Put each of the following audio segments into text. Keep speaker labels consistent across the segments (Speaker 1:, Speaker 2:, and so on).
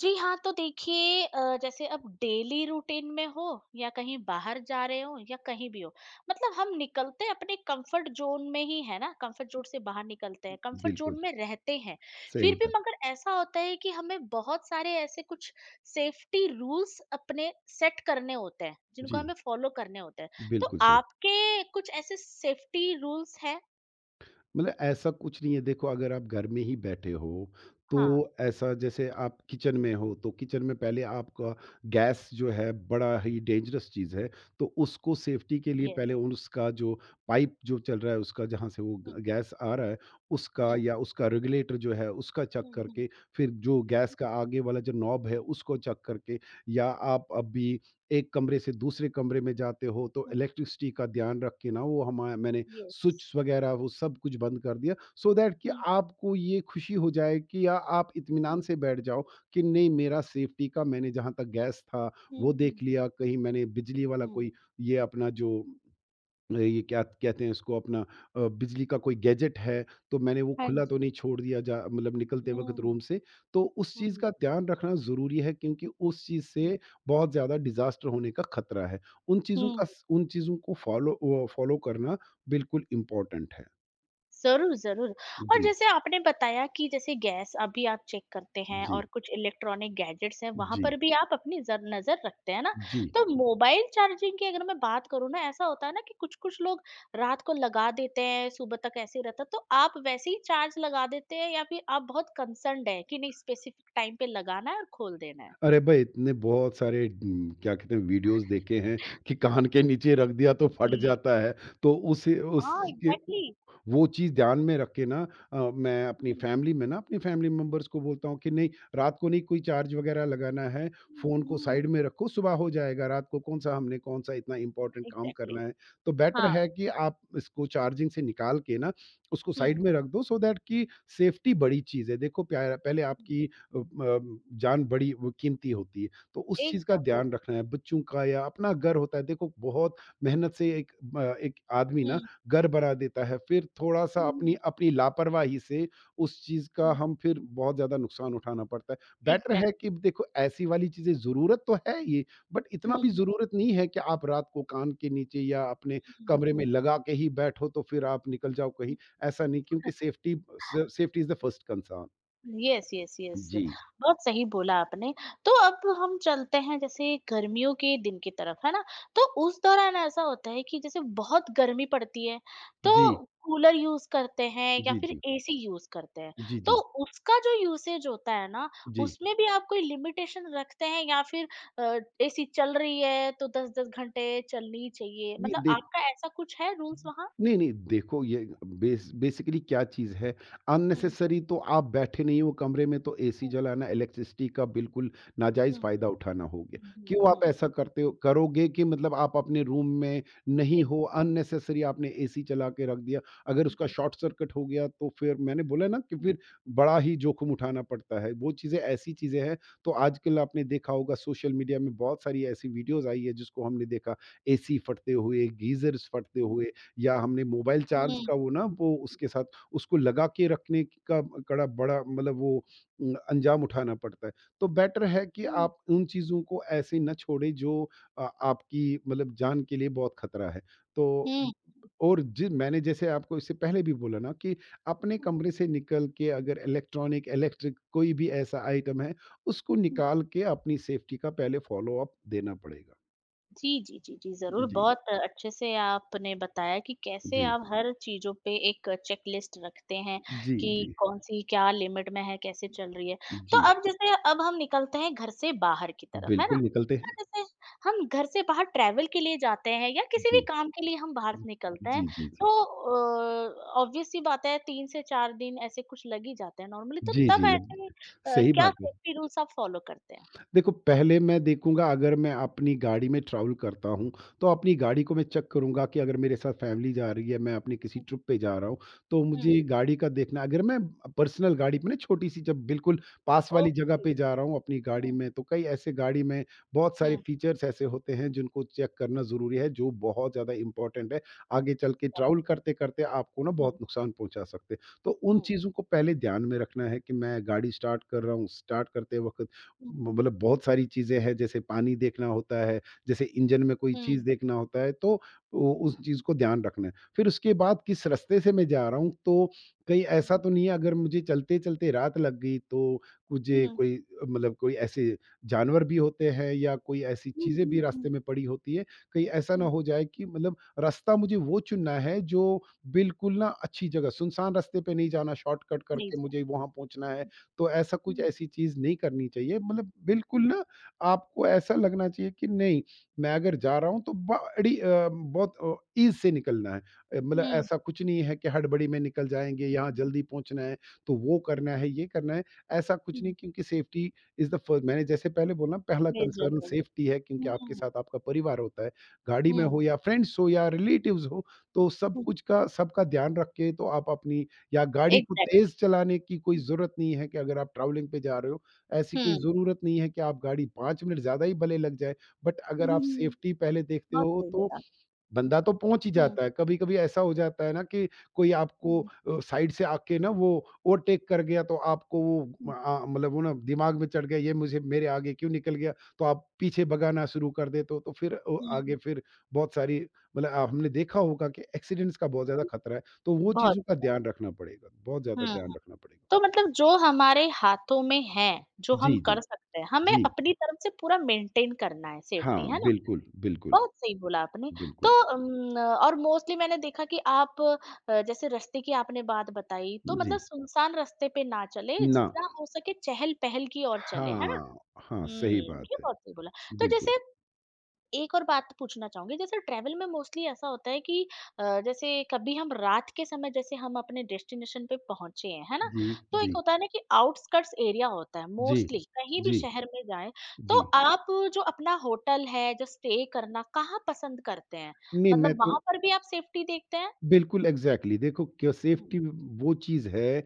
Speaker 1: जी हाँ, तो देखिए जैसे अब डेली रूटीन में हो या कहीं बाहर जा रहे हो या कहीं भी हो, मतलब हम निकलते अपने कंफर्ट ज़ोन में ही है ना, कंफर्ट ज़ोन से बाहर निकलते हैं, कंफर्ट
Speaker 2: बिल्कुल,
Speaker 1: ज़ोन में रहते हैं।
Speaker 2: सही
Speaker 1: फिर भी
Speaker 2: बात।
Speaker 1: मगर ऐसा होता है कि हमें बहुत सारे ऐसे कुछ सेफ्टी रूल्स अपने सेट करने होते हैं, जिनको
Speaker 2: जी,
Speaker 1: हमें फॉलो करने होते हैं। तो
Speaker 2: बिल्कुल सही।
Speaker 1: आपके कुछ ऐसे सेफ्टी रूल्स हैं?
Speaker 2: मतलब ऐसा कुछ नहीं है देखो अगर आप घर में ही बैठे हो,
Speaker 1: हाँ,
Speaker 2: तो ऐसा जैसे आप किचन में हो, तो किचन में पहले आपका गैस जो है बड़ा ही डेंजरस चीज़ है, तो उसको सेफ्टी के लिए पहले
Speaker 1: यस।
Speaker 2: उसका जो पाइप जो चल रहा है उसका जहाँ से वो ग
Speaker 1: हुँ,
Speaker 2: गैस आ रहा है, उसका
Speaker 1: हुँ,
Speaker 2: या उसका रेगुलेटर जो है उसका चेक
Speaker 1: हुँ, हुँ,
Speaker 2: करके फिर जो गैस
Speaker 1: हुँ,
Speaker 2: का आगे वाला जो नॉब है उसको चेक करके या आप अभी एक कमरे से दूसरे कमरे में जाते हो तो
Speaker 1: हुँ,
Speaker 2: इलेक्ट्रिसिटी का ध्यान रख के ना वो हमा मैंने
Speaker 1: यस।
Speaker 2: स्विच वगैरह वो सब कुछ बंद कर दिया so दैट कि
Speaker 1: हुँ,
Speaker 2: आपको ये खुशी हो जाए कि या आप
Speaker 1: हुँ,
Speaker 2: इत्मीनान से बैठ जाओ कि नहीं मेरा सेफ्टी का मैंने जहाँ तक गैस था वो देख
Speaker 1: हुँ।
Speaker 2: लिया कहीं मैंने बिजली वाला
Speaker 1: हुँ।
Speaker 2: कोई ये अपना जो ये क्या कहते हैं इसको अपना बिजली का कोई गैजेट है, तो मैंने वो
Speaker 1: हाँ
Speaker 2: खुला तो
Speaker 1: जी।
Speaker 2: नहीं छोड़ दिया जा मतलब निकलते वक़्त
Speaker 1: हुँ,
Speaker 2: रूम से। तो उस चीज़
Speaker 1: हुँ,
Speaker 2: का ध्यान रखना ज़रूरी है क्योंकि उस चीज़
Speaker 1: हुँ,
Speaker 2: से बहुत ज़्यादा डिज़ास्टर होने का खतरा है। उन चीज़ों का
Speaker 1: हुँ।
Speaker 2: स उन चीज़ों को फ़ॉलो करना बिल्कुल इम्पोर्टेंट है।
Speaker 1: ज़रूर, ज़रूर और
Speaker 2: जी,
Speaker 1: जैसे आपने बताया कि जैसे गैस अभी आप चेक करते हैं
Speaker 2: जी,
Speaker 1: और कुछ इलेक्ट्रॉनिक गैजेट्स हैं, वहाँ
Speaker 2: जी,
Speaker 1: पर भी आप अपनी ज़र नज़र रखते हैं ना?
Speaker 2: जी।
Speaker 1: तो मोबाइल चार्जिंग की अगर मैं बात करूँ ना, ऐसा होता है ना कि कुछ-कुछ लोग रात को लगा देते हैं, सुबह तक ऐसे ही रहता है, तो आप वैसे ही चार्ज लगा देते हैं या फिर आप बहुत कंसर्न्ड हैं कि नहीं स्पेसिफिक टाइम पे लगाना है और खोल देना है?
Speaker 2: अरे भाई इतने बहुत सारे क्या कहते हैं वीडियोज़ देखे हैं कि कान के नीचे रख दिया तो फट
Speaker 1: जी।
Speaker 2: जाता है। तो उसे
Speaker 1: हाँ,
Speaker 2: उसके
Speaker 1: एग्ज़ैक्टली।
Speaker 2: वो चीज़ ध्यान में रख के ना मैं अपनी
Speaker 1: हुँ।
Speaker 2: फैमिली में ना अपनी फैमिली मेंबर्स को बोलता हूँ कि नहीं रात को नहीं कोई चार्ज वगैरह लगाना है,
Speaker 1: हुँ,
Speaker 2: फ़ोन को
Speaker 1: हुँ।
Speaker 2: साइड में रखो, सुबह हो जाएगा। रात को कौन-सा हमने कौन-सा इतना इम्पोर्टेंट काम
Speaker 1: एग्ज़ैक्टली।
Speaker 2: करना है। तो बेटर
Speaker 1: हाँ।
Speaker 2: है कि आप इसको चार्जिंग से निकाल के ना उसको साइड
Speaker 1: हुँ,
Speaker 2: में रख दो सो दैट कि सेफ्टी बड़ी चीज़ है। देखो प्यारा पहले
Speaker 1: हुँ।
Speaker 2: आपकी अ, म जान बड़ी वो कीमती होती है। तो उस चीज़ का
Speaker 1: एकदम, एक
Speaker 2: ध्यान रखना है, बच्चों का या अपना घर होता है। देखो बहुत मेहनत से एक आदमी ना
Speaker 1: हुँ,
Speaker 2: घर बना देता है, फिर थोड़ा-सा
Speaker 1: हुँ,
Speaker 2: अपनी
Speaker 1: हुँ,
Speaker 2: अपनी लापरवाही से उस चीज़ का
Speaker 1: हुँ।
Speaker 2: हम फिर बहुत ज़्यादा नुकसान उठाना पड़ता है। बेटर है
Speaker 1: एग्ज़ैक्ट।
Speaker 2: कि देखो ऐसी वाली चीज़ें ज़रूरत तो है ये, बट इतना
Speaker 1: हुँ,
Speaker 2: भी
Speaker 1: हुँ,
Speaker 2: ज़रूरत नहीं है कि आप रात को कान के नीचे या अपने
Speaker 1: हुँ,
Speaker 2: कमरे में
Speaker 1: हुँ।
Speaker 2: लगा के ही बैठो तो फिर आप निकल जाओ कहीं, ऐसा नहीं क्योंकि सेफ्टी स safety is the first concern.
Speaker 1: Yes, yes, yes.
Speaker 2: जी।
Speaker 1: बहुत सही बोला आपने। तो अब हम चलते हैं जैसे गर्मियों के दिन की तरफ, है ना? तो उस दौरान ऐसा होता है कि जैसे बहुत गर्मी पड़ती है, तो
Speaker 2: जी।
Speaker 1: कूलर यूज़ करते हैं या
Speaker 2: जी,
Speaker 1: फिर
Speaker 2: जी।
Speaker 1: एसी यूज़ करते हैं।
Speaker 2: जी,
Speaker 1: तो
Speaker 2: जी।
Speaker 1: उसका जो यूसेज होता है ना,
Speaker 2: जी।
Speaker 1: उसमें भी आप कोई लिमिटेशन रखते हैं या फिर एसी चल रही है तो 10-10 घंटे चलनी चाहिए?
Speaker 2: नहीं
Speaker 1: मतलब
Speaker 2: देख
Speaker 1: आपका ऐसा कुछ है रूल्स वहाँ?
Speaker 2: नहीं, नहीं, देखो ये बेसिकली क्या चीज़ है,
Speaker 1: हुँ,
Speaker 2: अननेसेसरी तो आप बैठे नहीं हो कमरे में तो एसी
Speaker 1: हुँ,
Speaker 2: जलाना, इलेक्ट्रिसिटी का बिल्कुल नाजायज़
Speaker 1: हुँ,
Speaker 2: फ़ायदा
Speaker 1: हुँ,
Speaker 2: उठाना हो गया।
Speaker 1: हुँ, हुँ,
Speaker 2: क्यों आप
Speaker 1: हुँ।
Speaker 2: ऐसा करते हो करोगे कि मतलब आप अपने रूम में नहीं हो,
Speaker 1: एग्ज़ैक्ट
Speaker 2: अननेसेसरी आपने एसी चला के रख दिया, अगर
Speaker 1: हुँ,
Speaker 2: उसका
Speaker 1: हुँ,
Speaker 2: शॉर्ट सर्किट हो गया तो फिर मैंने बोला ना कि
Speaker 1: हुँ,
Speaker 2: फिर बड़ा ही जोखिम उठाना पड़ता है। वो चीज़ें ऐसी चीज़ें हैं, तो आजकल आपने देखा होगा सोशल मीडिया में बहुत सारी ऐसी वीडियोज़ आई है जिसको हमने देखा एसी फटते हुए, गीज़र्स फटते हुए या हमने मोबाइल चार्ज
Speaker 1: हुँ।
Speaker 2: का वो उसके साथ उसको लगा के रखने का कड़ा बड़ा मतलब वो अ, अंजाम उठाना पड़ता है। तो बेटर है कि
Speaker 1: हुँ।
Speaker 2: आप उन चीज़ों को ऐसे ना छोड़ें जो आपकी मतलब जान के लिए बहुत खतरा है। तो
Speaker 1: हुँ।
Speaker 2: और जि मैंने जैसे आपको इससे पहले भी बोला ना कि अपने कमरे से निकल के अगर इलेक्ट्रिक कोई भी ऐसा आइटम है, उसको
Speaker 1: हुँ।
Speaker 2: निकाल के अपनी सेफ्टी का पहले फ़ॉलो अप देना पड़ेगा।
Speaker 1: जी, जी, जी, जी, ज़रूर।
Speaker 2: जी।
Speaker 1: बहुत अच्छे से आपने बताया कि कैसे
Speaker 2: जी।
Speaker 1: आप हर चीज़ों पे एक चेकलिस्ट रखते हैं
Speaker 2: जी,
Speaker 1: कि
Speaker 2: जी।
Speaker 1: कौन-सी क्या लिमिट में है, कैसे चल रही है। तो
Speaker 2: जी।
Speaker 1: अब जैसे अब हम निकलते हैं घर से बाहर की तरफ, है
Speaker 2: बिल्कुल
Speaker 1: ना?
Speaker 2: निकलते हैं।
Speaker 1: तो जैसे हम घर से बाहर ट्रैवल के लिए जाते हैं या किसी भी
Speaker 2: जी।
Speaker 1: काम के लिए हम बाहर निकलते हैं,
Speaker 2: जी, जी, जी।
Speaker 1: तो ऑब्वियस सी बात है 3 से 4 दिन ऐसे कुछ लग ही जाते हैं नॉर्मली, तो
Speaker 2: जी, जी
Speaker 1: तब
Speaker 2: लग
Speaker 1: ऐसे
Speaker 2: सही
Speaker 1: क्या
Speaker 2: बात है।
Speaker 1: सेफ्टी रूल्स आप फ़ॉलो करते हैं?
Speaker 2: देखो, पहले मैं देखूँगा अगर मैं अपनी गाड़ी में ट्रैवल करता हूँ, तो अपनी गाड़ी को मैं चेक करूँगा कि अगर मेरे साथ फ़ैमिली जा रही है, मैं अपनी किसी ट्रिप पे जा रहा हूँ, तो
Speaker 1: हुँ।
Speaker 2: मुझे गाड़ी का देखना अगर मैं पर्सनल गाड़ी पे ना छोटी-सी जब बिल्कुल पास वाली जगह
Speaker 1: ओके।
Speaker 2: पे जा रहा हूँ अपनी गाड़ी
Speaker 1: हुँ,
Speaker 2: में, तो कई ऐसे गाड़ी में बहुत सारे
Speaker 1: हुँ,
Speaker 2: फ़ीचर्स ऐसे होते हैं जिनको चेक करना ज़रूरी है, जो बहुत ज़्यादा इम्पोर्टेंट है। आगे चल के ट्रैवल
Speaker 1: एग्ज़ैक्टली।
Speaker 2: करते-करते आपको ना बहुत
Speaker 1: हुँ,
Speaker 2: नुकसान पहुँचा सकते हैं। तो उन
Speaker 1: हुँ,
Speaker 2: चीज़ों को पहले ध्यान में रखना है कि मैं गाड़ी स्टार्ट कर रहा हूँ, स्टार्ट करते वक़्त
Speaker 1: हुँ,
Speaker 2: मतलब बहुत सारी चीज़ें हैं जैसे पानी देखना होता है, जैसे इंजन में कोई चीज़
Speaker 1: हुँ,
Speaker 2: देखना होता है तो उ उस चीज़ को ध्यान रखना है। फिर उसके बाद किस रास्ते से मैं जा रहा हूँ तो कहीं
Speaker 1: हुँ,
Speaker 2: ऐसा तो नहीं है अगर मुझे चलते-चलते रात लग गई तो मुझे
Speaker 1: हुँ,
Speaker 2: कोई मतलब कोई ऐसे जानवर भी होते हैं या कोई ऐसी
Speaker 1: हुँ,
Speaker 2: चीज़ें भी
Speaker 1: हुँ,
Speaker 2: रास्ते में पड़ी होती है। कहीं ऐसा ना
Speaker 1: हुँ,
Speaker 2: हो जाए कि मतलब रास्ता मुझे वो चुनना है जो बिल्कुल ना अच्छी जगह सुनसान रास्ते पे नहीं जाना शॉर्टकट करके
Speaker 1: मेजर।
Speaker 2: मुझे वहाँ पहुँचना है।
Speaker 1: हुँ,
Speaker 2: तो ऐसा कुछ
Speaker 1: हुँ,
Speaker 2: ऐसी चीज़ नहीं करनी चाहिए मतलब बिल्कुल
Speaker 1: हुँ,
Speaker 2: ना आपको ऐसा लगना चाहिए कि नहीं, मैं अगर जा रहा हूँ तो बहुत ईज़ से निकलना है। मतलब
Speaker 1: हुँ,
Speaker 2: ऐसा कुछ नहीं है कि हड़बड़ी में निकल जाएँगे, यहाँ जल्दी पहुँचना है, तो वो करना है, ये करना है, ऐसा कुछ नहीं
Speaker 1: हुँ,
Speaker 2: क्योंकि सेफ्टी इज़ द फ़र्स्ट मैंने जैसे पहले बोला पहला
Speaker 1: मेजर
Speaker 2: कंसर्न
Speaker 1: कर
Speaker 2: सेफ्टी है क्योंकि आपके
Speaker 1: हुँ,
Speaker 2: साथ आपका परिवार होता है। गाड़ी में
Speaker 1: हुँ,
Speaker 2: हो या फ्रेंड्स हो या रिलेटिव्स हो, तो सब
Speaker 1: हुँ,
Speaker 2: कुछ का सबका ध्यान रख के तो आप अपनी या गाड़ी को
Speaker 1: एग्ज़ैक्टली।
Speaker 2: तेज़ चलाने की कोई
Speaker 1: हुँ,
Speaker 2: ज़रूरत नहीं है कि अगर आप ट्रैवलिंग पे जा रहे हो, ऐसी कोई
Speaker 1: हुँ,
Speaker 2: ज़रूरत नहीं है कि आप गाड़ी 5 मिनट ज़्यादा ही भले लग जाए, बट
Speaker 1: हुँ,
Speaker 2: अगर आप
Speaker 1: हुँ,
Speaker 2: सेफ्टी पहले देखते
Speaker 1: बहुत
Speaker 2: हो
Speaker 1: सही
Speaker 2: तो
Speaker 1: बोला।
Speaker 2: बंदा तो पहुँच ही
Speaker 1: हुँ,
Speaker 2: जाता है। कभी-कभी ऐसा हो जाता है ना कि कोई आपको
Speaker 1: हुँ,
Speaker 2: साइड से आके ना वो ओवरटेक कर गया तो आपको वो
Speaker 1: हुँ,
Speaker 2: मतलब वो ना दिमाग में चढ़ गया ये मुझे मेरे आगे क्यों निकल गया? तो आप पीछे भगाना शुरू कर देते हो तो फिर ओ
Speaker 1: हुँ,
Speaker 2: आगे फिर बहुत सारी मतलब हमने देखा होगा कि एक्सीडेंट्स का बहुत ज़्यादा खतरा है। तो वो
Speaker 1: बहुत
Speaker 2: चीज़ों का
Speaker 1: ज़्यादा।
Speaker 2: ध्यान रखना पड़ेगा, बहुत ज़्यादा
Speaker 1: हुँ,
Speaker 2: ध्यान
Speaker 1: हुँ।
Speaker 2: रखना पड़ेगा।
Speaker 1: तो मतलब जो हमारे हाथों में है, जो
Speaker 2: जी,
Speaker 1: हम
Speaker 2: जी।
Speaker 1: कर सकते हैं, हमें
Speaker 2: जी।
Speaker 1: अपनी तरफ से पूरा मेंटेन करना है सेफ्टी,
Speaker 2: हाँ,
Speaker 1: है ना?
Speaker 2: बिल्कुल, बिल्कुल,
Speaker 1: बहुत सही बोला आपने। तो
Speaker 2: बिल्कुल।
Speaker 1: और मोस्टली मैंने देखा कि आप जैसे रास्ते की आपने बात बताई, तो
Speaker 2: जी।
Speaker 1: मतलब सुनसान रास्ते पे ना चले,
Speaker 2: ना
Speaker 1: जितना हो सके चहल-पहल की ओर चले, है ना?
Speaker 2: हाँ, हाँ, सही
Speaker 1: हुँ, ये
Speaker 2: बात है।
Speaker 1: बहुत सही बोला। तो
Speaker 2: बिल्कुल।
Speaker 1: जैसे एक और बात पूछना चाहूँगी, जैसे ट्रैवल में मोस्टली ऐसा होता है कि जैसे कभी हम रात के समय जैसे हम अपने डेस्टिनेशन पे पहुँचे हैं, है ना?
Speaker 2: जी,
Speaker 1: तो एक
Speaker 2: जी,
Speaker 1: होता है ना कि आउटस्कर्ट्स एरिया होता है
Speaker 2: जी,
Speaker 1: मोस्टली, कहीं भी
Speaker 2: जी,
Speaker 1: शहर में जाएँ, तो
Speaker 2: जी।
Speaker 1: आप जो अपना होटल है, जो स्टे करना, कहाँ पसंद करते हैं?
Speaker 2: नहीं मैं
Speaker 1: मतलब वहाँ
Speaker 2: तो
Speaker 1: पर भी आप सेफ्टी देखते हैं?
Speaker 2: बिल्कुल, एग्ज़ैक्टली देखो क्यों
Speaker 1: हुँ।
Speaker 2: सेफ्टी वो चीज़ है,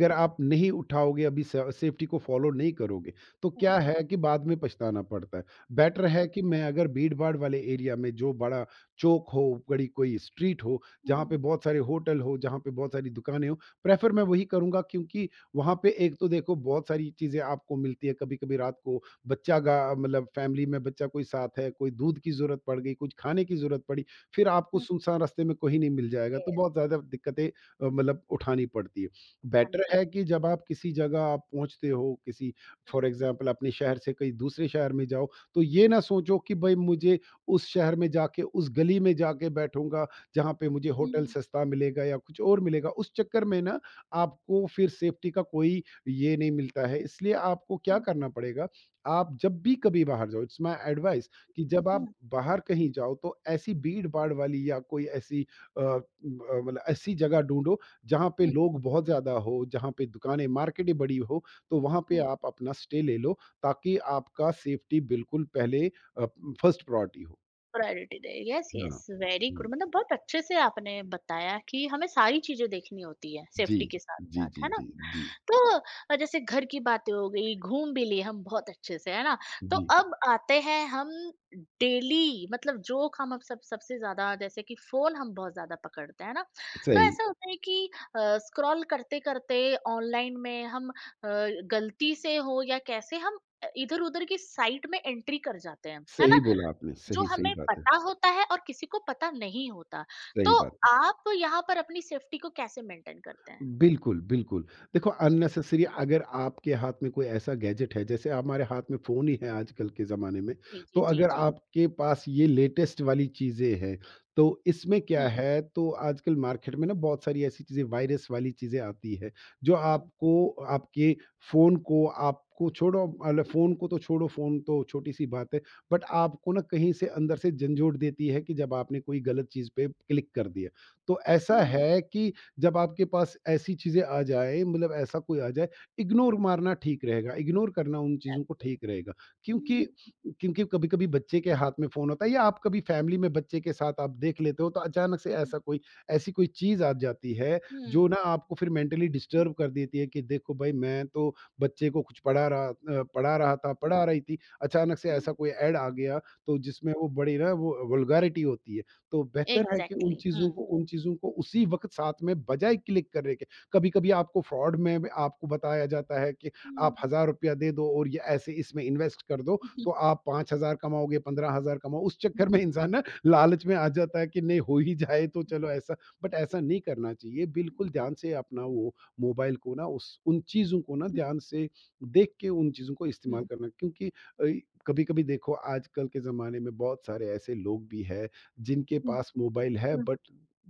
Speaker 1: हुँ, हुँ,
Speaker 2: आप नहीं उठाओगे अभी स सेफ्टी को फ़ॉलो नहीं करोगे, तो
Speaker 1: हुँ,
Speaker 2: क्या है कि बाद में पछताना पड़ता है। बेटर है
Speaker 1: हुँ।
Speaker 2: कि मैं अगर भीड़-भाड़ वाले एरिया में जो बड़ा चौक हो, बड़ी कोई स्ट्रीट हो, जहाँ पे
Speaker 1: हुँ,
Speaker 2: बहुत सारे होटल हो, जहाँ पे बहुत सारी दुकानें हो, प्रेफ़र मैं वही करूँगा क्योंकि वहाँ पे एक तो देखो बहुत सारी चीज़ें आपको मिलती है, कभी-कभी रात को बच्चा गा मतलब फैमिली में बच्चा कोई साथ है, कोई दूध की ज़रूरत पड़ गई, कुछ खाने की ज़रूरत पड़ी। फिर आपको
Speaker 1: हुँ,
Speaker 2: सुनसान रास्ते में कोई नहीं मिल जाएगा, तो
Speaker 1: ये
Speaker 2: बहुत ज़्यादा दिक्कतें मतलब उठानी पड़ती है।
Speaker 1: दिखानी
Speaker 2: बेटर
Speaker 1: पड़
Speaker 2: है कि जब आप किसी जगह आप पहुँचते हो, किसी फॉर
Speaker 1: हुँ।
Speaker 2: एग्ज़ाम्पल अपने शहर से कहीं दूसरे शहर में जाओ, तो ये ना सोचो कि भई मुझे उस शहर में जाके, उस गली में जाके बैठूँगा, जहाँ पे मुझे होटल
Speaker 1: हुँ,
Speaker 2: सस्ता मिलेगा या कुछ और मिलेगा। उस चक्कर में ना आपको फिर सेफ्टी का कोई ये नहीं मिलता है, इसलिए आपको क्या
Speaker 1: हुँ,
Speaker 2: करना पड़ेगा, आप जब भी कभी बाहर जाओ, इट्स माय एडवाइस कि
Speaker 1: हुँ,
Speaker 2: जब आप
Speaker 1: हुँ,
Speaker 2: बाहर कहीं जाओ तो ऐसी भीड़-भाड़ वाली या कोई ऐसी मतलब ऐसी जगह ढूँढो जहाँ पे
Speaker 1: हुँ।
Speaker 2: लोग बहुत ज़्यादा हो, जहाँ पे दुकानें, मार्केटें बड़ी हो, तो वहाँ पे आप अपना स्टे ले लो ताकि आपका सेफ्टी बिल्कुल पहले फर्स्ट प्रायोरिटी हो।
Speaker 1: प्रायोरिटी दे यस यस
Speaker 2: हाँ।
Speaker 1: वेरी गुड
Speaker 2: हुँ।
Speaker 1: मतलब बहुत अच्छे से आपने बताया कि हमें सारी चीजें देखनी होती है
Speaker 2: जी।
Speaker 1: सेफ्टी के साथ
Speaker 2: जी,
Speaker 1: साथ
Speaker 2: जी,
Speaker 1: है ना
Speaker 2: जी, जी,
Speaker 1: तो जैसे घर की बातें हो गई घूम भी लिए हम बहुत अच्छे से है ना तो
Speaker 2: जी।
Speaker 1: अब आते हैं हम डेली मतलब जोक हम अब सब सबसे ज्यादा जैसे कि फोन हम बहुत ज्यादा पकड़ते हैं ना तो
Speaker 2: सही,
Speaker 1: ऐसा होता है कि स्क्रॉल करते करते ऑनलाइन में हम गलती से हो या कैसे हम इधर उधर की साइट में एंट्री कर जाते हैं है
Speaker 2: सही
Speaker 1: ना
Speaker 2: बोला आपने।
Speaker 1: जो
Speaker 2: सही, सही
Speaker 1: हमें
Speaker 2: बात है।
Speaker 1: पता होता है और किसी को पता नहीं होता।
Speaker 2: सही
Speaker 1: तो
Speaker 2: बात।
Speaker 1: आप यहाँ पर अपनी सेफ्टी को कैसे मेंटेन करते हैं?
Speaker 2: बिल्कुल, बिल्कुल। देखो
Speaker 1: हुँ,
Speaker 2: अननेसेसरी अगर आपके हाथ में कोई ऐसा गैजेट है, जैसे हमारे हाथ में फ़ोन ही
Speaker 1: हुँ।
Speaker 2: है आजकल के ज़माने में,
Speaker 1: जी,
Speaker 2: तो
Speaker 1: जी, जी,
Speaker 2: अगर
Speaker 1: जी।
Speaker 2: आपके पास ये लेटेस्ट वाली चीज़ें हैं, तो इसमें क्या
Speaker 1: हुँ,
Speaker 2: है तो आजकल मार्केट में ना बहुत सारी ऐसी चीज़ें वायरस वाली चीज़ें आती है, जो
Speaker 1: हुँ,
Speaker 2: आपको आपके फ़ोन को आपको छोड़ो मतलब फ़ोन को तो छोड़ो, फ़ोन तो छोटी-सी बात है, बट आपको ना कहीं से अंदर से झंझोड़ देती है कि जब आपने कोई गलत चीज़ पे क्लिक कर दिया। तो ऐसा
Speaker 1: हुँ,
Speaker 2: है कि जब आपके पास ऐसी चीज़ें आ जाए मतलब ऐसा कोई आ
Speaker 1: हुँ,
Speaker 2: जाए, इग्नोर मारना ठीक रहेगा, इग्नोर करना उन चीज़ों को
Speaker 1: एब्सो
Speaker 2: ठीक रहेगा। क्योंकि
Speaker 1: हुँ,
Speaker 2: क्योंकि कभी-कभी बच्चे के हाथ में फ़ोन होता है या आप कभी फैमिली में बच्चे के साथ आप देख लेते हो, तो अचानक से
Speaker 1: हुँ,
Speaker 2: ऐसा कोई ऐसी कोई चीज़ आ जाती है, जो
Speaker 1: हुँ,
Speaker 2: ना आपको फिर मेंटली
Speaker 1: हुँ,
Speaker 2: डिस्टर्ब कर देती है कि देखो भाई मैं तो बच्चे को कुछ पढ़ा रहा था,
Speaker 1: हुँ,
Speaker 2: पढ़ा रही थी, अचानक से
Speaker 1: हुँ।
Speaker 2: ऐसा कोई ऐड आ गया, तो जिसमें वो बड़ी ना वो वल्गैरिटी होती है। तो बेहतर है कि उन
Speaker 1: एग्ज़ैक्टली।
Speaker 2: चीज़ों
Speaker 1: हुँ।
Speaker 2: को उन चीज़ों को उसी वक़्त साथ में बजाय क्लिक करने के। कभी-कभी आपको फ्रॉड में भी आपको बताया जाता है कि आप
Speaker 1: हुँ।
Speaker 2: ₹1000 दे दो और ये ऐसे इसमें इन्वेस्ट कर दो,
Speaker 1: हुँ, हुँ,
Speaker 2: तो आप 5000 कमाओगे, 15,000 कमाओ। उस चक्कर में
Speaker 1: हुँ।
Speaker 2: इंसान ना लालच में आ जाता है कि नहीं हो ही जाए तो
Speaker 1: हुँ,
Speaker 2: चलो ऐसा। बट ऐसा नहीं करना चाहिए। बिल्कुल ध्यान से अपना वो मोबाइल को ना उस उन चीज़ों को ना ध्यान से देख के उन चीज़ों को
Speaker 1: हुँ,
Speaker 2: इस्तेमाल करना क्योंकि कभी-कभी देखो आजकल के ज़माने में बहुत सारे ऐसे लोग भी हैं जिनके
Speaker 1: हुँ,
Speaker 2: पास मोबाइल है
Speaker 1: हुँ,
Speaker 2: बट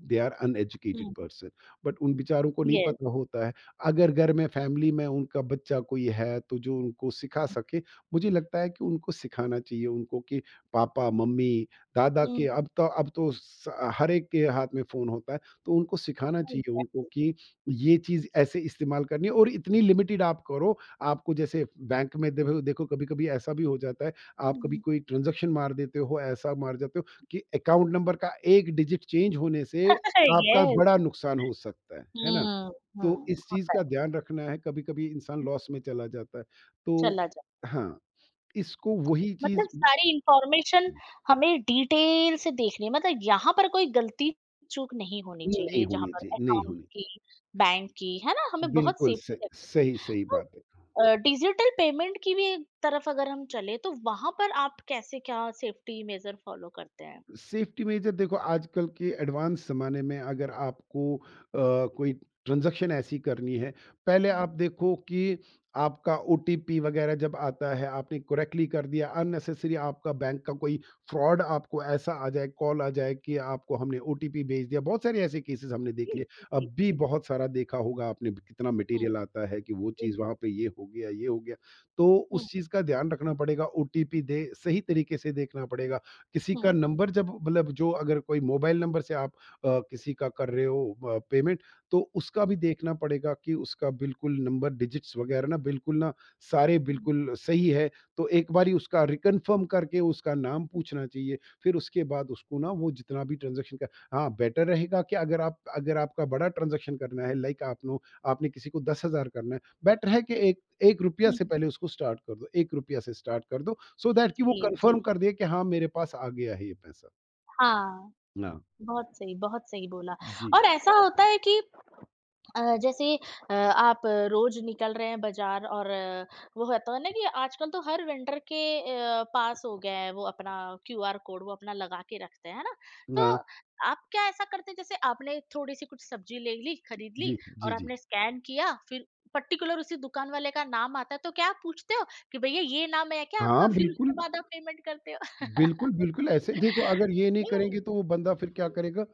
Speaker 2: दे आर अनएजुकेटेड
Speaker 1: हुँ,
Speaker 2: पर्सन। बट उन बेचारों को नहीं
Speaker 1: येस।
Speaker 2: पता होता है। अगर घर में फैमिली में उनका बच्चा कोई है तो जो उनको सिखा सके, मुझे लगता है कि उनको सिखाना चाहिए उनको कि पापा मम्मी दादा
Speaker 1: हुँ, exactly,
Speaker 2: के
Speaker 1: हुँ।
Speaker 2: अब तो हर एक के हाथ में फ़ोन होता है। तो उनको सिखाना चाहिए उनको
Speaker 1: एग्ज़ैक्टली।
Speaker 2: कि ये चीज़ ऐसे इस्तेमाल करनी है और इतनी लिमिटेड आप करो। आपको जैसे बैंक में देखो देखो, कभी कभी ऐसा भी हो जाता है। आप कभी
Speaker 1: हुँ।
Speaker 2: कोई ट्रांजेक्शन मार देते हो, ऐसा मार जाते हो कि अकाउंट नंबर का एक डिजिट चेंज होने से आपका
Speaker 1: येस।
Speaker 2: बड़ा नुकसान हो सकता है ना?
Speaker 1: हुँ,
Speaker 2: तो
Speaker 1: हुँ,
Speaker 2: इस चीज़
Speaker 1: होता है।
Speaker 2: का ध्यान रखना है, कभी-कभी इंसान लॉस में चला जाता है। तो
Speaker 1: चला जा
Speaker 2: हाँ, इसको वही
Speaker 1: मतलब
Speaker 2: चीज़
Speaker 1: सारी इन्फॉर्मेशन हमें डिटेल से देखनी है, मतलब यहाँ पर कोई गलती चूक नहीं होनी
Speaker 2: नहीं
Speaker 1: चाहिए, जहाँ
Speaker 2: होनी
Speaker 1: पर
Speaker 2: चाहिए, नहीं
Speaker 1: अकाउंट
Speaker 2: होनी।
Speaker 1: की, बैंक की, है ना? हमें बहुत
Speaker 2: बिल्कुल, स
Speaker 1: सेफ्टी रखनी चाहिए।
Speaker 2: सही, सही
Speaker 1: तो
Speaker 2: बात है।
Speaker 1: डिजिटल पेमेंट की भी एक तरफ अगर हम चले, तो वहाँ पर आप कैसे क्या सेफ्टी मेजर फॉलो करते हैं?
Speaker 2: सेफ्टी मेजर देखो, आजकल के एडवांस ज़माने में अगर आपको कोई ट्रांज़ैक्शन ऐसी करनी है, पहले
Speaker 1: हुँ।
Speaker 2: आप देखो कि आपका ओटीपी वग़ैरह जब आता है, आपने करेक्टली कर दिया। अननेसेसरी आपका बैंक का कोई फ्रॉड आपको ऐसा आ जाए, कॉल आ जाए कि आपको हमने ओटीपी भेज दिया। बहुत सारे ऐसे केसेज़ हमने देख
Speaker 1: जी,
Speaker 2: लिए।
Speaker 1: जी, जी,
Speaker 2: अब भी
Speaker 1: जी।
Speaker 2: बहुत सारा देखा होगा आपने, कितना
Speaker 1: हुँ,
Speaker 2: मटेरियल आता है कि वो चीज़
Speaker 1: एकदम।
Speaker 2: वहाँ पे ये हो गया, ये हो गया। तो
Speaker 1: हुँ,
Speaker 2: उस चीज़ का ध्यान रखना पड़ेगा, ओटीपी दे सही तरीके से देखना पड़ेगा। किसी का
Speaker 1: हुँ,
Speaker 2: नंबर जब मतलब जो अगर कोई मोबाइल नंबर से आप किसी का कर रहे हो पेमेंट, तो उसका भी देखना पड़ेगा कि उसका बिल्कुल नंबर डिजिट्स वगैरह ना, बिल्कुल ना सारे
Speaker 1: हुँ,
Speaker 2: बिल्कुल सही है। तो एक बारी उसका रिकन्फर्म करके उसका नाम पूछना चाहिए, फिर उसके बाद उसको ना वो जितना भी ट्रांजेक्शन का। हाँ बेटर रहेगा कि अगर आपका बड़ा ट्रांजेक्शन करना है, लाइक आपने आपने किसी को 10,000 करना है, बेटर है कि एक एक रुपया
Speaker 1: हुँ,
Speaker 2: से पहले उसको स्टार्ट कर दो, एक रुपया से स्टार्ट कर दो so दैट कि वो
Speaker 1: जी,
Speaker 2: कंफर्म
Speaker 1: जी।
Speaker 2: कर दे कि हाँ मेरे पास आ गया है ये पैसा।
Speaker 1: हाँ,
Speaker 2: हाँ,
Speaker 1: बहुत सही बोला
Speaker 2: जी।
Speaker 1: और ऐसा होता है कि जैसे आप रोज निकल रहे हैं बाजार और वो होता है ना कि आजकल तो हर वेंडर के पास हो गया है वो अपना क्यूआर कोड वो अपना लगा के रखते हैं है ना तो
Speaker 2: हाँ,
Speaker 1: आप क्या ऐसा करते हैं जैसे आपने थोड़ी सी कुछ सब्जी ले ली खरीद ली
Speaker 2: जी, जी,
Speaker 1: और
Speaker 2: जी।
Speaker 1: आपने स्कैन किया फिर पर्टिकुलर उसी दुकान वाले का नाम आता है तो क्या आप पूछते हो कि भैया ये नाम है क्या आपका
Speaker 2: हाँ,
Speaker 1: फिर उसके
Speaker 2: बिल्कुल,
Speaker 1: बाद आप पेमेंट करते हो
Speaker 2: बिल्कुल, बिल्कुल ऐसे देखो, अगर ये नहीं करेंगे तो वो बंदा फिर क्या करेगा?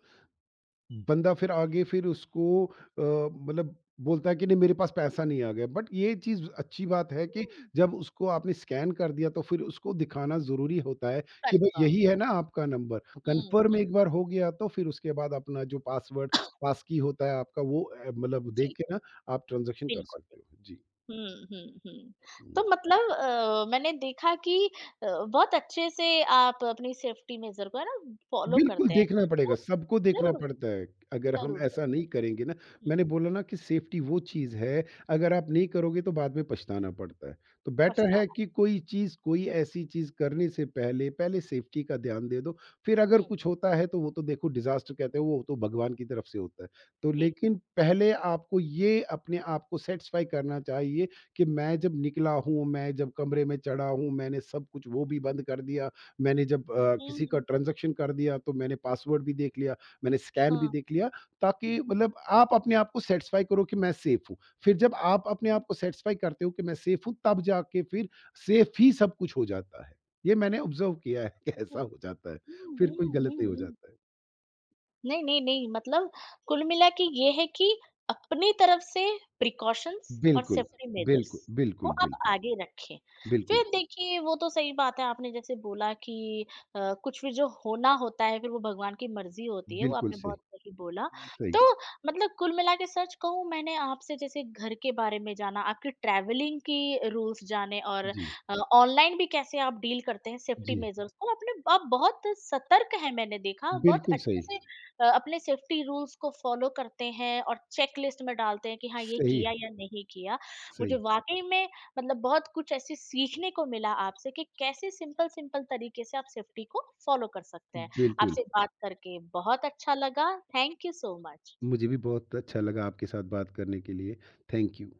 Speaker 2: बंदा फिर आगे फिर उसको मतलब बोलता है कि नहीं मेरे पास पैसा नहीं आ गया। बट ये चीज़ अच्छी बात है कि जब उसको आपने स्कैन कर दिया तो फिर उसको दिखाना ज़रूरी होता है कि भाई
Speaker 1: कंफर्म
Speaker 2: यही है ना आपका नंबर। कंफर्म एक बार हो गया तो फिर उसके बाद अपना जो पासवर्ड पास की होता है आपका, वो मतलब देख
Speaker 1: जी
Speaker 2: के ना आप ट्रांजेक्शन
Speaker 1: पिन
Speaker 2: कर
Speaker 1: कोड
Speaker 2: सकते हो जी।
Speaker 1: हुँ, हुँ, हुँ। तो मतलब मैंने देखा कि अ, बहुत अच्छे से आप अपनी सेफ्टी मेजर को है ना फॉलो
Speaker 2: बिल्कुल
Speaker 1: करते हैं।
Speaker 2: देखना पड़ेगा,
Speaker 1: तो
Speaker 2: सबको देखना
Speaker 1: ज़रूर,
Speaker 2: पड़ता है। अगर हम
Speaker 1: ज़रूर,
Speaker 2: ऐसा
Speaker 1: ज़रूर।
Speaker 2: नहीं करेंगे ना,
Speaker 1: हुँ,
Speaker 2: मैंने बोला ना कि सेफ्टी वो चीज़ है, अगर आप नहीं करोगे तो बाद में पछताना पड़ता है। तो बेटर है
Speaker 1: पछताना।
Speaker 2: कि कोई चीज़ कोई ऐसी चीज़ करने से पहले सेफ्टी का ध्यान दे दो। फिर अगर
Speaker 1: हुँ,
Speaker 2: कुछ होता है तो वो तो देखो डिज़ास्टर कहते हैं, वो तो भगवान की तरफ से होता है। तो
Speaker 1: ठीक।
Speaker 2: लेकिन पहले आपको ये अपने आप को सैटिस्फाई करना चाहिए कि मैं जब निकला हूँ, मैं जब कमरे में चढ़ा हूँ, मैंने सब कुछ वो भी बंद कर दिया। मैंने जब
Speaker 1: हुँ,
Speaker 2: किसी का
Speaker 1: हुँ।
Speaker 2: ट्रांज़ैक्शन कर दिया तो मैंने पासवर्ड भी देख लिया, मैंने स्कैन भी
Speaker 1: हाँ।
Speaker 2: देख लिया, ताकि मतलब आप अपने आप को सैटिस्फ़ाई करो कि मैं सेफ़ हूँ। फिर जब आप अपने आप को सैटिस्फ़ाई करते हो कि मैं सेफ़ हूँ तब जाके फिर सेफ़ ही सब कुछ हो जाता है। ये मैंने ऑब्ज़र्व किया है कि ऐसा
Speaker 1: हुँ,
Speaker 2: हो जाता है,
Speaker 1: हुँ,
Speaker 2: फिर कोई
Speaker 1: हुँ,
Speaker 2: गलत
Speaker 1: हुँ,
Speaker 2: नहीं हो
Speaker 1: हुँ।
Speaker 2: जाता है।
Speaker 1: नहीं, नहीं, नहीं मतलब कुल मिला के ये है कि अपनी तरफ से प्रिकॉशंस और
Speaker 2: बिल्कुल,
Speaker 1: सेफ्टी मेजर्स
Speaker 2: बिल्कुल,
Speaker 1: को
Speaker 2: बिल्कुल,
Speaker 1: आप
Speaker 2: बिल्कुल,
Speaker 1: आगे रखें।
Speaker 2: बिल्कुल,
Speaker 1: फिर देखिए वो तो सही बात है आपने जैसे बोला कि कुछ भी जो होना होता है फिर वो भगवान की मर्ज़ी होती है, वो
Speaker 2: बिल्कुल
Speaker 1: आपने
Speaker 2: सही,
Speaker 1: बहुत सही बोला।
Speaker 2: सही।
Speaker 1: तो मतलब कुल मिला के सच कहूँ मैंने आपसे जैसे घर के बारे में जाना, आपकी ट्रैवलिंग की रूल्स जाने और
Speaker 2: जी,
Speaker 1: ऑनलाइन भी कैसे आप डील करते हैं सेफ्टी
Speaker 2: जी,
Speaker 1: मेजर्स को आपने आप बहुत सतर्क हैं मैंने देखा, बहुत
Speaker 2: बिल्कुल
Speaker 1: अच्छे
Speaker 2: सही,
Speaker 1: से अपने सेफ्टी रूल्स को फॉलो करते हैं और चेक लिस्ट में डालते हैं कि हाँ ये
Speaker 2: सही,
Speaker 1: किया या नहीं किया मुझे
Speaker 2: सही,
Speaker 1: वाकई में मतलब बहुत कुछ ऐसे सीखने को मिला आपसे कि कैसे सिंपल सिंपल तरीके से आप सेफ्टी को फॉलो कर सकते हैं
Speaker 2: बिल्कुल।
Speaker 1: आपसे बात करके बहुत अच्छा लगा थैंक यू सो मच
Speaker 2: मुझे भी बहुत अच्छा लगा आपके साथ बात करने के लिए। Thank you.